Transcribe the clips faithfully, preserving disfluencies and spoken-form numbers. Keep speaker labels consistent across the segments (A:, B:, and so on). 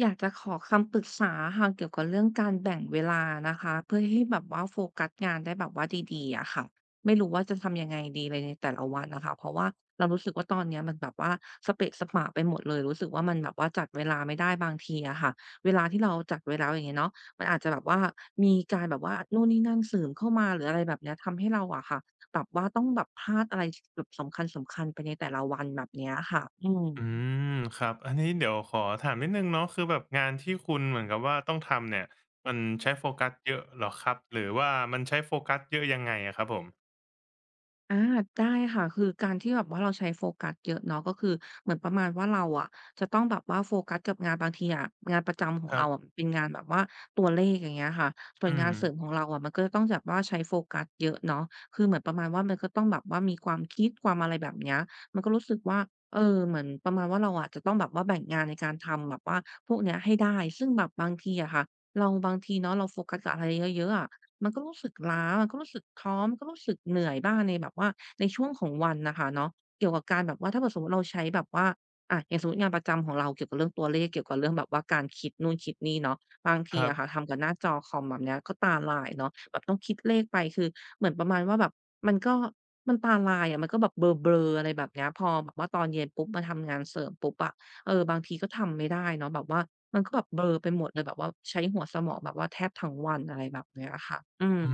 A: อยากจะขอคำปรึกษาค่ะเกี่ยวกับเรื่องการแบ่งเวลานะคะเพื่อให้แบบว่าโฟกัสงานได้แบบว่าดีๆอะค่ะไม่รู้ว่าจะทำยังไงดีเลยในแต่ละวันนะคะเพราะว่าเรารู้สึกว่าตอนเนี้ยมันแบบว่าสเปะสะปะไปหมดเลยรู้สึกว่ามันแบบว่าจัดเวลาไม่ได้บางทีอะค่ะเวลาที่เราจัดไว้แล้วอย่างเงี้ยเนาะมันอาจจะแบบว่ามีการแบบว่านู่นนี่นั่นเสริมเข้ามาหรืออะไรแบบเนี้ยทำให้เราอะค่ะแบบว่าต้องแบบพลาดอะไรแบบสำคัญๆไปในแต่ละวันแบบเนี้ยค่ะอืม
B: อืมครับอันนี้เดี๋ยวขอถามนิดนึงเนาะคือแบบงานที่คุณเหมือนกับว่าต้องทำเนี่ยมันใช้โฟกัสเยอะเหรอครับหรือว่ามันใช้โฟกัสเยอะยังไงอะครับผม
A: อาได้ค่ะคือการที่แบบว่าเราใช้โฟกัสเยอะเนาะก็คือเหมือนประมาณว่าเราอะจะต้องแบบว่าโฟกัสกับงานบางทีอะงานประจำขอ
B: ค
A: ง
B: รั
A: เรา
B: บ
A: อะมันเป็นงานแบบว่าตัวเลขอย่างเงี้ยค่ะส่วน
B: อื
A: งา
B: ม
A: นเสริมของเราอะมันก็จะต้องแบบว่าใช้โฟกัสเยอะเนาะคือเหมือนประมาณว่ามันก็ต้องแบบว่ามีความคิดความอะไรแบบเนี้ยมันก็รู้สึกว่าเออเหมือนประมาณว่าเราอะจะต้องแบบว่าแบ่งงานในการทำแบบว่าพวกเนี้ยให้ได้ซึ่งแบบบางทีอะค่ะ เราบางทีเนาะเราโฟกัสกับอะไรเยอะๆอะมันก็รู้สึกล้ามันก็รู้สึกท้อมันก็รู้สึกเหนื่อยบ้างในแบบว่าในช่วงของวันน่ะค่ะเนาะเกี่ยวกับการแบบว่าถ้าเกิดสมมุติเราใช้แบบว่าอะอย่างสมมุติงานประจำของเราเกี่ยวกับเรื่องตัวเลขเกี่ยวกับเรื่องแบบว่าการคิดนู่นคิดนี่เนาะบาง
B: ค
A: ที
B: รับ
A: อะค่ะทำกับหน้าจอคอมแบบเนี้ยก็ตาลายเนาะแบบต้องคิดเลขไปคือเหมือนประมาณว่าแบบมันก็มันตาลายอะมันก็แบบเบลอๆอะไรแบบเนี้ยพอแบบว่าตอนเย็นปุ๊บมาทำงานเสริมปุ๊บอะ เออบางทีก็ทำไม่ได้เนาะแบบว่ามันก็แบบเบลอไปหมดเลยแบบว่าใช้หัวสมองแบบว่าแทบทั้งวันอะไรแบบเนี้ยค่ะอืม
B: อื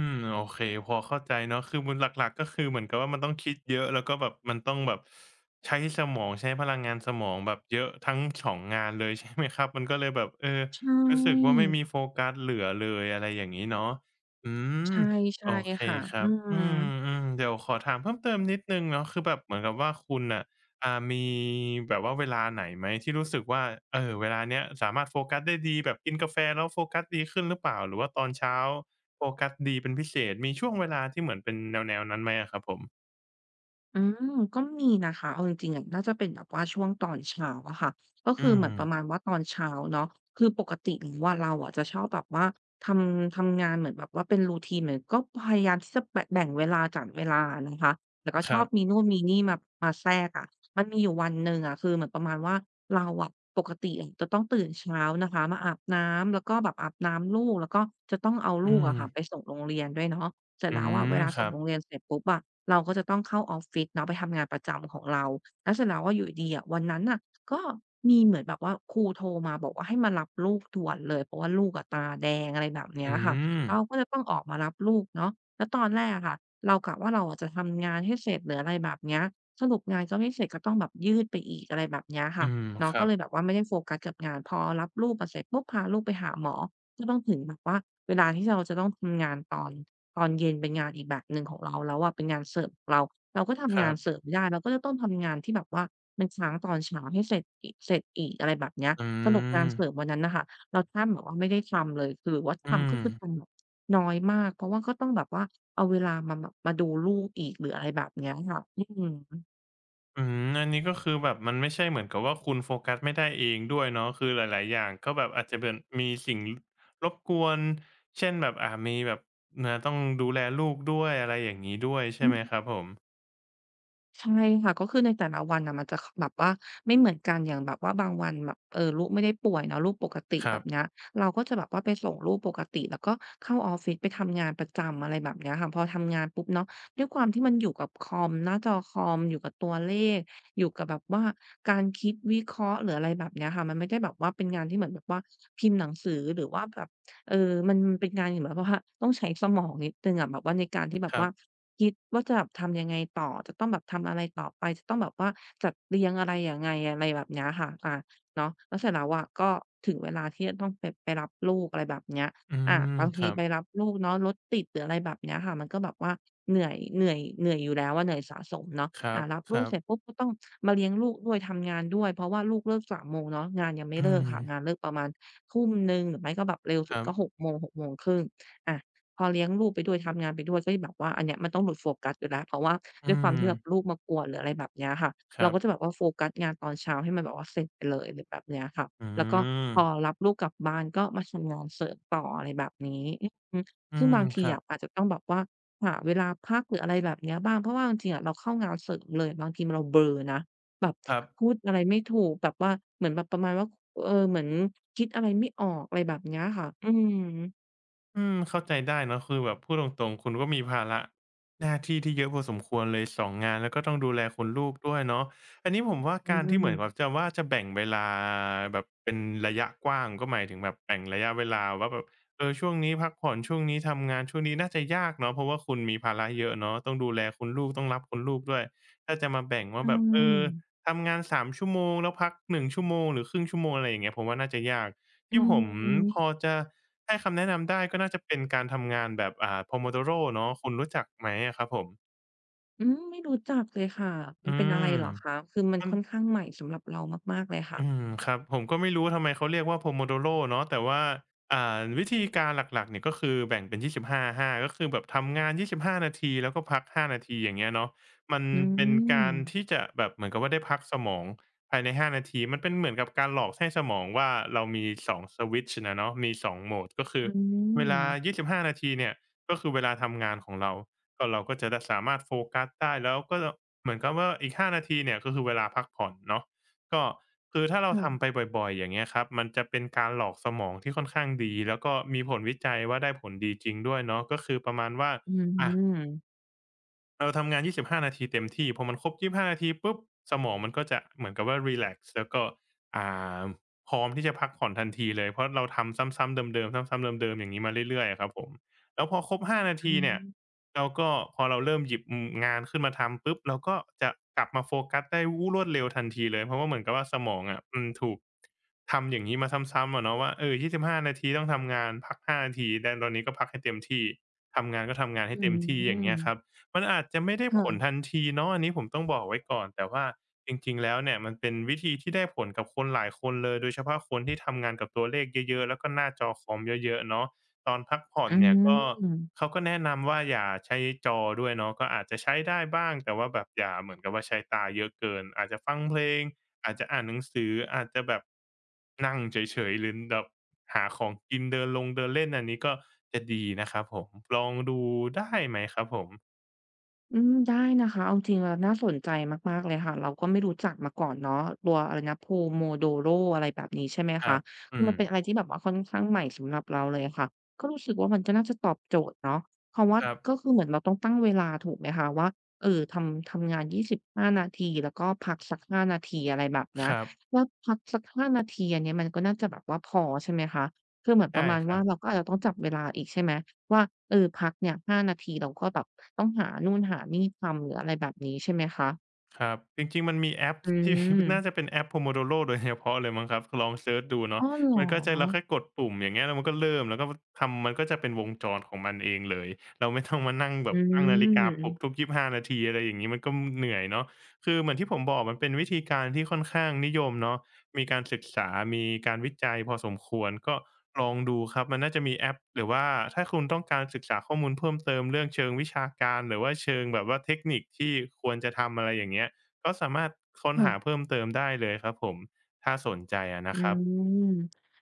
B: มโอเคพอเข้าใจเนาะคือมันหลักๆก็คือเหมือนกับว่ามันต้องคิดเยอะแล้วก็แบบมันต้องแบบใช้สมองใช้พลังงานสมองแบบเยอะทั้งสองงานเลย ใช่ไหมครับมันก็เลยแบบเออ
A: ใช
B: รู้สึกว่า
A: ่
B: ไม่มีโฟกัสเหลือเลยอะไรอย่างงี้เนาะอืม
A: ใช่
B: โอ
A: ใช่
B: เค
A: ค่ะ
B: ครั
A: อื
B: บอื
A: ม
B: มๆเดี๋ยวขอถามเพิ่มเติมนิดหนึ่งเนาะคือแบบเหมือนกับว่าคุณน่ะอ่ามีแบบว่าเวลาไหนไหมที่รู้สึกว่าเออเวลาเนี้ยสามารถโฟกัสได้ดีแบบกินกาแฟแล้วโฟกัสดีขึ้นหรือเปล่าหรือว่าตอนเช้า โฟกัสดีเป็นพิเศษมีช่วงเวลาที่เหมือนเป็นแนวๆนั้นไหมอะครับผม
A: อืมก็มีนะคะเอาจริงๆอะน่าจะเป็นแบบว่าช่วงตอนเช้าอะค่ะก็คือ
B: อื
A: เหมื
B: ม
A: อนประมาณว่าตอนเช้าเนาะคือปกติหรือว่าเราอะจะชอบแบบว่าทำทำงานเหมือนแบบว่าเป็นรูทีนเหมือนก็พยายามที่จะแบงแบ่งเวลาจัดเวลานะคะแต่ก็
B: ค
A: ชอ
B: รั
A: บมี
B: บ
A: นู่นมีนี่มามาแทรกอะมันมีอยู่วันหนึ่งอะคือเหมือนประมาณว่าเราอะปกติอะจะต้องตื่นเช้านะคะมาอาบน้ำแล้วก็แบบอาบน้ำลูกแล้วก็จะต้องเอาลู
B: อื
A: ก
B: ม
A: อะค่ะไปส่งโรงเรียนด้วยเนาะ เสร็จ
B: อื
A: แล้วอะ
B: ม
A: เวลา
B: ค
A: ส่
B: รั
A: ง
B: บ
A: โรงเรียนเสร็จปุ๊บอะเราก็จะต้องเข้าออฟฟิศเนาะไปทำงานประจำของเรา แล้วเสร็จแล้วอะอยู่ดีๆอะวันนั้นน่ะก็มีเหมือนแบบว่าครูโทรมาบอกว่าให้มารับลูกด่วนเลยเพราะว่าลูกอะตาแดงอะไรแบบเนี้ย
B: อื
A: ค่ะ
B: ม
A: เราก็จลต้องออกมารับลูกเนาะแล้วตอนแรกอะค่ะเรากะว่าเราอะจะทำงานให้เสร็จหรืออะไรแบบเนี้ยสรุปงานก็ไม่เสร็จก็ต้องแบบยืดไปอีกอะไรแบบเนี้ย
B: อื
A: ค่ะ
B: ม
A: เนาะ
B: ครั
A: ก็
B: บ
A: เลยแบบว่าไม่ได้โฟกัสกับงานพอรับลูกมาเสร็จปุ๊บพาลูกไปหาหมอก็ต้องถึงแบบว่าเวลาที่เราจะต้องทำงานตอน ตอนเย็นเป็นงานอีกแบบหนึ่งของเราแล้วอะเป็นงานเสิร์ฟของเราเราก็
B: ค
A: ทำ
B: รั
A: งานเสิร์
B: บ
A: ฟไม่ได้เราก็จะต้องทำงานที่แบบว่ามันค้างตอนเช้าให้เสร็จอีกเสร็จอีกอะไรแบบเนี้ย
B: อื
A: สรุปงาน
B: ม
A: เสิร์ฟวันนั้นน่ะค่ะเราแทบแบบว่าไม่ได้ทำเลยคือหรือว่า
B: อื
A: ทำ
B: ม
A: ก็คือทำแบบน้อยมากเพราะว่าก็ต้องแบบว่าเอาเวลามาแบบมาดูลูกอีกหรืออะไรแบบเนี้ยค่ะอือฮ
B: อืมอันนี้ก็คือแบบมันไม่ใช่เหมือนกับว่าคุณโฟกัสไม่ได้เองด้วยเนาะคือหลายๆอย่างก็แบบอาจจะเป็นมีสิ่งรบกวนเช่นแบบอ่ามีแบบนะต้องดูแลลูกด้วยอะไรอย่างงี้ด้วยใช่
A: ึ
B: ไหมครับผม
A: ใช่ค่ะก็คือในแต่ละวันน่ะมันจะแบบว่าไม่เหมือนกันอย่างแบบว่าบางวันแบบเอ่อลูกไม่ได้ป่วยเนาะลูกปกติ
B: ค
A: แบ
B: รับ
A: บเนี้ยเราก็จะแบบว่าไปส่งลูกปกติแล้วก็เข้าออฟฟิศไปทำงานประจำอะไรแบบเนี้ยค่ะพอทำงานปุ๊บเนาะด้วยความที่มันอยู่กับคอมหน้าจอคอมอยู่กับตัวเลขอยู่กับแบบว่าการคิดวิเคราะห์หรืออะไรแบบเนี้ยค่ะมันไม่ได้แบบว่าเป็นงานที่เหมือนแบบว่าพิมพ์หนังสือหรือว่าแบบเอ่อมันมันเป็นงานเหมือนแบบว่าต้องใช้สมองนิดหนึ่งอะแบบว่าในการที่แบบ
B: ครั
A: ว่า
B: บ
A: คิดว่าจะแบบทำยังไงต่อจะต้องแบบทำอะไรต่อไปจะต้องแบบว่าจัดเรียงอะไรยังไงอะไรแบบเนี้ยค่ะอาเนาะแล้วเสร็จแล้วอะก็ถึงเวลาที่จะต้องไปไปรับลูกอะไรแบบเนี้ย
B: อื
A: อา
B: ม
A: บาง
B: ค
A: ที
B: รับ
A: ไปรับลูกเนาะรถติดหรืออะไรแบบเนี้ยค่ะมันก็แบบว่าเหนื่อยเหนื่อยเหนื่อยอยู่แล้วอะเหนื่อยสะสมเนาะ
B: ครั
A: อา
B: บ
A: รับ
B: ค
A: ลูก
B: รับ
A: เสร็จปุ๊บก็ต้องมาเลี้ยงลูกด้วยทำงานด้วยเพราะว่าลูกเลิกสามโมงเนาะงานยังไม่
B: อื
A: เลิก
B: ม
A: ค่ะงานเลิกประมาณสิบเก้านาฬิกาหนึ่งหรือไม่ก็แบบเร็ว
B: ค
A: สุด
B: รับ
A: ก็หกโมงหกโมงครึ่งอา พอเลี้ยงลูกไปด้วยทำงานไปด้วยก็แบบว่าอันเนี้ยมันต้องหลุดโฟกัสอยู่แล้วเพราะว่าด้ว
B: อื
A: ยความ
B: ม
A: ที่แบบลูกมากวนหรืออะไรแบบเนี้ยค่ะ
B: ค
A: เรา
B: รั
A: ก็จะแบ
B: บ
A: บว่าโฟกัสงานตอนเช้าให้มันแบบว่าเสร็จไปเลยหรือแบบเนี้ยค่ะ
B: อื
A: แล้วก็พอ
B: ม
A: รับลูกกลับบ้านก็มาทำงานเสริมต่ออะไรแบบนี้อือ
B: อื
A: ซึ่ง
B: ม
A: บาง
B: ค
A: ที
B: รับ
A: อะอาจจะต้องแบบว่าหาเวลาพักหรืออะไรแบบเนี้ยบ้างเพราะว่าจริงๆอะเราเข้างานเสริมเลยบางทีเราเบลอนะแบบ
B: ครับ
A: พูดอะไรไม่ถูกแบบว่าเหมือนแบบประมาณว่าเออเหมือนคิดอะไรไม่ออกอะไรแบบเนี้ยค่ะอืม
B: อืมเข้าใจได้เนาะคือแบบพูดตรงๆคุณก็มีภาระหน้าที่ที่เยอะพอสมควรเลยสองงงานแล้วก็ต้องดูแลคุณลูกด้วยเนาะอันนี้ผมว่า
A: อื
B: การที่เห
A: ม
B: มือนกับจะว่าจะแบ่งเวลาแบบเป็นระยะกว้างก็หมายถึงแบบแบ่งระยะเวลาว่าแบบเออช่วงนี้พักผ่อนช่วงนี้ทำงานช่วงนี้น่าจะยากเนาะเพราะว่าคุณมีภาระเยอะเนาะต้องดูแลคุณลูกต้องรับคุณลูกด้วยถ้าจะมาแบ่งว่า
A: ใช่
B: แบบเออทำงานสามชั่วโมงแล้วพักหนึ่งชั่วโมงหรือครึ่งชั่วโมงอะไรอย่างเงี้ยผมว่าน่าจะยาก
A: อื
B: ที่ผมพอ
A: ม
B: จะให้คำแนะนำได้ก็น่าจะเป็นการทำงานแบบอ่า Pomodoro เนาะคุณรู้จักไหมอะครับผม
A: อืมไม่รู้จักเลยค่ะ มั
B: อื
A: นเป็นอะไร
B: ม
A: เหรอคะคือมัน
B: มัน
A: ค่อนข้างใหม่สำหรับเรามากๆเลยค่ะ
B: อืมครับผมก็ไม่รู้ทำไมเขาเรียกว่า Pomodoro เนาะแต่ว่าอ่าวิธีการหลักๆเนี่ยก็คือแบ่งเป็นยี่สิบห้าทับห้าก็คือแบบทำงานยี่สิบห้านาทีแล้วก็พักห้านาทีอย่างเงี้ยเนาะมัน
A: อื
B: เป็นการที่
A: ม
B: จะแบบเหมือนกับว่าได้พักสมองภายในห้านาทีมันเป็นเหมือนกับการหลอกให้สมองว่าเรามีสองสวิตช์อะเนาะมีสองโหมดก็คือ
A: อื
B: เวลายี่
A: ม
B: สิบห้านาทีเนี่ยก็คือเวลาทำงานของเราก็เราก็จะได้สามารถโฟกัสได้แล้วก็เหมือนกับว่าอีกห้านาทีเนี่ยก็คือเวลาพักผ่อนเนาะ ก็คือถ้าเรา
A: ค่ะ
B: ทำไปบ่อยๆอย่างเงี้ยครับมันจะเป็นการหลอกสมองที่ค่อนข้างดีแล้วก็มีผลวิจัยว่าได้ผลดีจริงด้วยเนาะก็คือประมาณว่า
A: อื
B: อะ
A: ม
B: เราทำงาน ยี่สิบห้า นาทีเต็มที่พอมันครบยี่สิบห้านาทีปุ๊บสมองมันก็จะเหมือนกับว่ารีแลกซ์แล้วก็อ่าพร้อมที่จะพักผ่อนทันทีเลยเพราะเราทำซ้ำๆเดิมๆซ้ำๆเดิมๆอย่างงี้มาเรื่อยๆอะครับผมแล้วพอครบ ห้านา
A: อื
B: ทีเนี่ย
A: ม
B: เราก็พอเราเริ่มหยิบอืมงานขึ้นมาทำปุ๊บเราก็จะกลับมาโฟกัสได้วู้รวดเร็วทันทีเลยเพราะว่าเหมือนกับว่าสมองอะอืมถูกทำอย่างงี้มาซ้ำๆอะเนาะว่าเออยี่สิบห้านาทีต้องทำงานพักห้านาทีแต่ตอนนี้ก็พักให้เต็มที่ทำงานก็ทำงาน
A: อื
B: ให้เต็มที่อย่างเงี้ยครับ
A: ม
B: มันอาจจะไม่ได้ผลทั
A: ค่ะ
B: นทีเนาะอันนี้ผมต้องบอกไว้ก่อนแต่ว่าจริงๆแล้วเนี่ยมันเป็นวิธีที่ได้ผลกับคนหลายคนเลยโดยเฉพาะคนที่ทำงานกับตัวเลขเยอะๆแล้วก็หน้าจอคอมเยอะๆเนาะตอนพักผ่อน
A: อื
B: เนี่ยก็
A: ม
B: เขาก็แนะนำว่าอย่าใช้จอด้วยเนาะก็อาจจะใช้ได้บ้างแต่ว่าแบบอย่าเหมือนกับว่าใช้ตาเยอะเกินอาจจะฟังเพลงอาจจะอ่านหนังสืออาจจะแบบนั่งเฉยๆหรือแบบหาของกินเดินลงเดินเล่นอันนี้ก็จะดีนะครับผมลองดูได้ไหมครับผม
A: อืมได้นะคะเอาจริงแล้วน่าสนใจมากๆเลยค่ะเราก็ไม่รู้จักมาก่อนเนาะตัวอะไรนะ Pomodoro อะไรแบบนี้ใช่ไหม
B: ค
A: คะ
B: รับ
A: คื
B: อื
A: อมั
B: ม
A: นเป็นอะไรที่แบบว่าค่อนข้างใหม่สำหรับเราเลยอะค่ะก็รู้สึกว่ามันก็น่าจะตอบโจทย์เนาะเพราะว่า
B: ครับ
A: ก็คือเหมือนเราต้องตั้งเวลาถูกไหมคะว่าเออทำทำงานยี่สิบห้าานาทีแล้วก็พักสักห้านาทีอะไรแบบเนี้
B: ค
A: ย
B: รับ
A: แล้วพักสักห้านาทีอันเนี้ยมันก็น่าจะแบบว่าพอใช่ไหมคะคือเหมือนป
B: ใช่
A: ระมาณ
B: ค
A: ว่า
B: รับ
A: เราก็อาจจะต้องจับเวลาอีกใช่ไหม ว่าเออพักเนี่ยห้านาทีเราก็แบบต้องหานู่นหานี่ทำหรืออะไรแบบนี้ใช่ไหมคะ
B: ครับ จริงๆ มันมีแอป
A: อื
B: ที่น่าจะ
A: ม
B: เป็นแอป Pomodoro โดยเฉพาะเลยมั้งครับลองเซิร์ชดู
A: อ้
B: เนาะ
A: อเหรอ
B: มันก็จะเราแค่กดปุ่มอย่างเงี้ยแล้วมันก็เริ่มแล้วก็ทำมันก็จะเป็นวงจรของมันเองเลยเราไม่ต้องมานั่งแบ
A: อื
B: บตั้งนาฬิกาปลุกทุก
A: ม
B: ยี่สิบห้านาทีอะไรอย่างงี้มันก็เหนื่อยเนาะคือเหมือนที่ผมบอกมันเป็นวิธีการที่ค่อนข้างนิยมเนาะ มีการศึกษามีการวิจัยพอสมควรก็ลองดูครับมันน่าจะมีแอปหรือว่าถ้าคุณต้องการศึกษาข้อมูลเพิ่มเติมเรื่องเชิงวิชาการหรือว่าเชิงแบบว่าเทคนิคที่ควรจะทำอะไรอย่างเงี้ยก็สามารถค้นหา
A: ค่ะ
B: เพิ่มเติมได้เลยครับผมถ้าสนใจอะ
A: อื
B: นะครับ
A: ม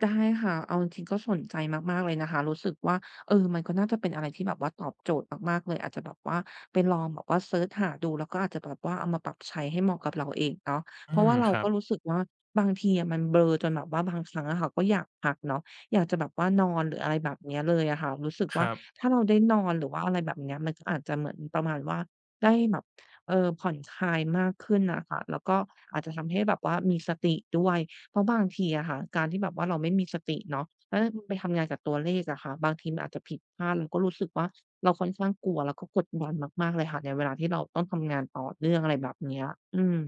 A: ได้ค่ะเอาจริงๆก็สนใจมากๆเลยนะคะรู้สึกว่าเออมันก็น่าจะเป็นอะไรที่แบบว่าตอบโจทย์มากๆเลยอาจจะแบบว่าไปลองแบบว่าเซิร์ชหาดูแล้วก็อาจจะแบบว่าเอามาปรับใช้ให้เหมาะกับเราเองเนาะ
B: อื
A: เพราะ
B: ม
A: ว่าเรา
B: ครั
A: ก็
B: บ
A: รู้สึกว่าบางทีอะมันเบลอจนแบบว่าบางครั้งอะค่ะก็อยากพักเนาะอยากจะแบบว่านอนหรืออะไรแบบเนี้ยเลยอะค่ะรู้สึก
B: ค
A: ว่า
B: รับ
A: ถ้าเราได้นอนหรือว่าอะไรแบบเนี้ยมันก็อาจจะเหมือนประมาณว่าได้แบบเออผ่อนคลายมากขึ้นนะคะแล้วก็อาจจะทำให้แบบว่ามีสติด้วย เพราะบางทีอะค่ะการที่แบบว่าเราไม่มีสติเนาะแล้วไปทำงานกับตัวเลขอะค่ะบางทีมันอาจจะผิดพลาดเราก็รู้สึกว่าเราค่อนข้างกลัวแล้วก็กดดันมากๆเลยค่ะในเวลาที่เราต้องทำงานต่อเนื่องอะไรแบบเนี้ยอืม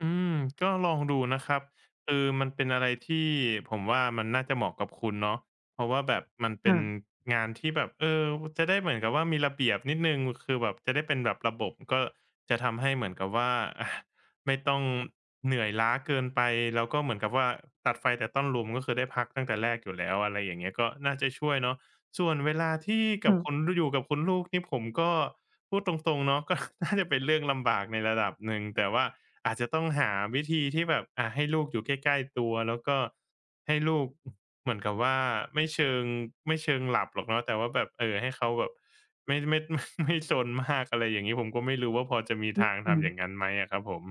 B: อืมก็ลองดูนะครับเออมันเป็นอะไรที่ผมว่ามันน่าจะเหมาะกับคุณเนาะเพราะว่าแบบมันเป็น
A: ค่ะ
B: งานที่แบบเออจะได้เหมือนกับว่ามีระเบียบนิดหนึ่งคือแบบจะได้เป็นแบบระบบก็จะทำให้เหมือนกับว่า อาไม่ต้องเหนื่อยล้าเกินไปแล้วก็เหมือนกับว่าตัดไฟแต่ต้นลมก็คือได้พักตั้งแต่แรกอยู่แล้วอะไรอย่างเงี้ยก็น่าจะช่วยเนาะ ส่วนเวลาที่กับ
A: ค่ะ
B: คุณอยู่กับคุณลูกนี่ผมก็พูดตรงๆเนาะ ก็น่าจะเป็นเรื่องลำบากในระดับหนึ่งแต่ว่าอาจจะต้องหาวิธีที่แบบอ่าให้ลูกอยู่ใกล้ๆตัวแล้วก็ให้ลูกเหมือนกับว่าไม่เชิงไม่เชิงหลับหรอกเนาะแต่ว่าแบบเอ่อให้เขาแบบไม่ไม่ไม่ไม่ซนมากอะไรอย่างงี้ผมก็ไม่รู้ว่าพอจะมีทาง
A: อื
B: ทำอย่าง
A: ม
B: งั้นไหมอะครับผม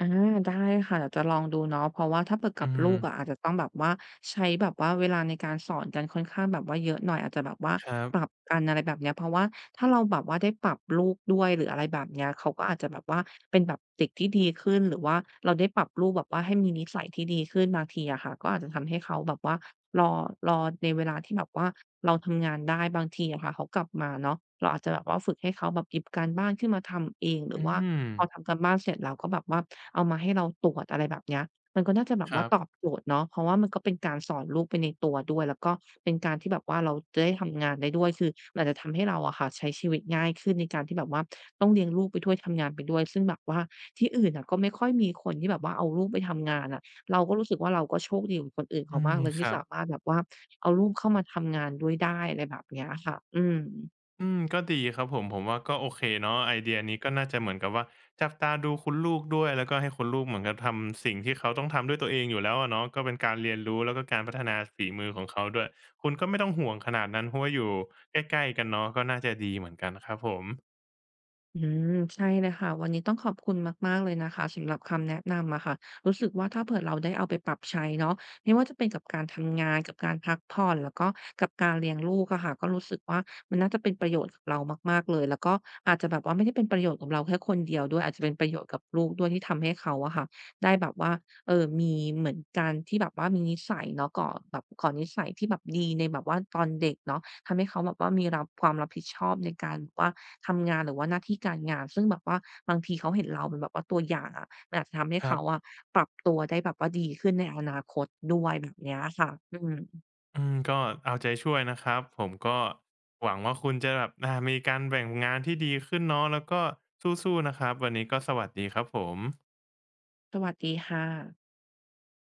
A: อาได้ค่ะเดี๋ยวจะลองดูเนาะเพราะว่าถ้าเปิดกั
B: อื
A: บลู
B: ม
A: กอะอาจจะต้องแบบว่าใช้แบบว่าเวลาในการสอนกันค่อนข้างแบบว่าเยอะหน่อยอาจจะแบบว่า
B: ครั
A: ปรับ
B: บ
A: กันอะไรแบบเนี้ยเพราะว่าถ้าเราแบบว่าได้ปรับลูกด้วยหรืออะไรแบบเนี้ยเขาก็อาจจะแบบว่าเป็นแบบเด็กที่ดีขึ้นหรือว่าเราได้ปรับลูกแบบว่าให้มีนิสัยที่ดีขึ้นบางทีอะค่ะก็อาจจะทำให้เขาแบบว่ารอรอในเวลาที่แบบว่าเราทำงานได้บางทีอะค่ะเขากลับมาเนาะเราอาจจะแบบว่าฝึกให้เขาแบบหยิบการบ้านขึ้นมาทำเองหรื
B: อื
A: อว่า
B: ม
A: พอทำการบ้านเสร็จแล้วก็แบบว่าเอามาให้เราตรวจอะไรแบบเนี้ยมันก็น่าจะแบบ
B: ครั
A: ว่า
B: บ
A: ตอบโจทย์เนาะเพราะว่ามันก็เป็นการสอนลูกไปในตัวด้วยแล้วก็เป็นการที่แบบว่าเราจะได้ทำงานได้ด้วยคือมันอาจจะทำให้เราอะค่ะใช้ชีวิตง่ายขึ้นในการที่แบบว่าต้องเลี้ยงลูกไปด้วยทำงานไปด้วยซึ่งแบบว่าที่อื่นอะก็ไม่ค่อยมีคนที่แบบว่าเอาลูกไปทำงานอะเราก็รู้สึกว่าเราก็โชคดีกว่าคนอื่น
B: อื
A: เขา
B: ม
A: มากเลย
B: ค
A: ที่
B: รับ
A: สามารถแบบว่าเอาลูกเข้ามาทำงานด้วยได้อะไรแบบเนี้ยค่ะอืม
B: อืมก็ดีครับผมผมว่าก็โอเคเนาะไอเดียนี้ก็น่าจะเหมือนกับว่าจับตาดูคุณลูกด้วยแล้วก็ให้คุณลูกเหมือนกับทำสิ่งที่เขาต้องทำด้วยตัวเองอยู่แล้วอะเนาะก็เป็นการเรียนรู้แล้วก็การพัฒนาฝีมือของเขาด้วยคุณก็ไม่ต้องห่วงขนาดนั้นเพราะว่าอยู่ใกล้ๆกันเนาะก็น่าจะดีเหมือนกันครับผม
A: อืมใช่เลยค่ะวันนี้ต้องขอบคุณมากๆเลยนะคะสำหรับคำแนะนำอะค่ะรู้สึกว่าถ้าเผื่อเราได้เอาไปปรับใช้เนาะไม่ว่าจะเป็นกับการทำงานกับการพักผ่อนแล้วก็กับการเลี้ยงลูกอะค่ะก็รู้สึกว่ามันน่าจะเป็นประโยชน์กับเรามากๆเลยแล้วก็อาจจะแบบว่าไม่ได้เป็นประโยชน์กับเราแค่คนเดียวด้วยอาจจะเป็นประโยชน์กับลูกด้วยที่ทำให้เขาอะค่ะได้แบบว่าเอ่อมีเหมือนการที่แบบว่ามีนิสัยเนาะก่อแบบก่อนิสัยที่แบบดีในแบบว่าตอนเด็กเนาะ ทำให้เขาแบบว่ามีรับความรับผิดชอบในการแบบว่าทำงานหรือว่าหน้าที่การงานซึ่งแบบว่าบางทีเขาเห็นเราเป็นแบบว่าตัวอย่างอะมันอาจจะทำให้
B: ครั
A: เขา
B: บ
A: อะปรับตัวได้แบบว่าดีขึ้นในอนาคตด้วยแบบเนี้ยค่ะอืม
B: อืมก็เอาใจช่วยนะครับผมก็หวังว่าคุณจะแบบอ่ามีการแบ่งงานที่ดีขึ้นเนาะแล้วก็สู้ๆนะครับวันนี้ก็สวัสดีครับผม
A: สวัสดีค่ะ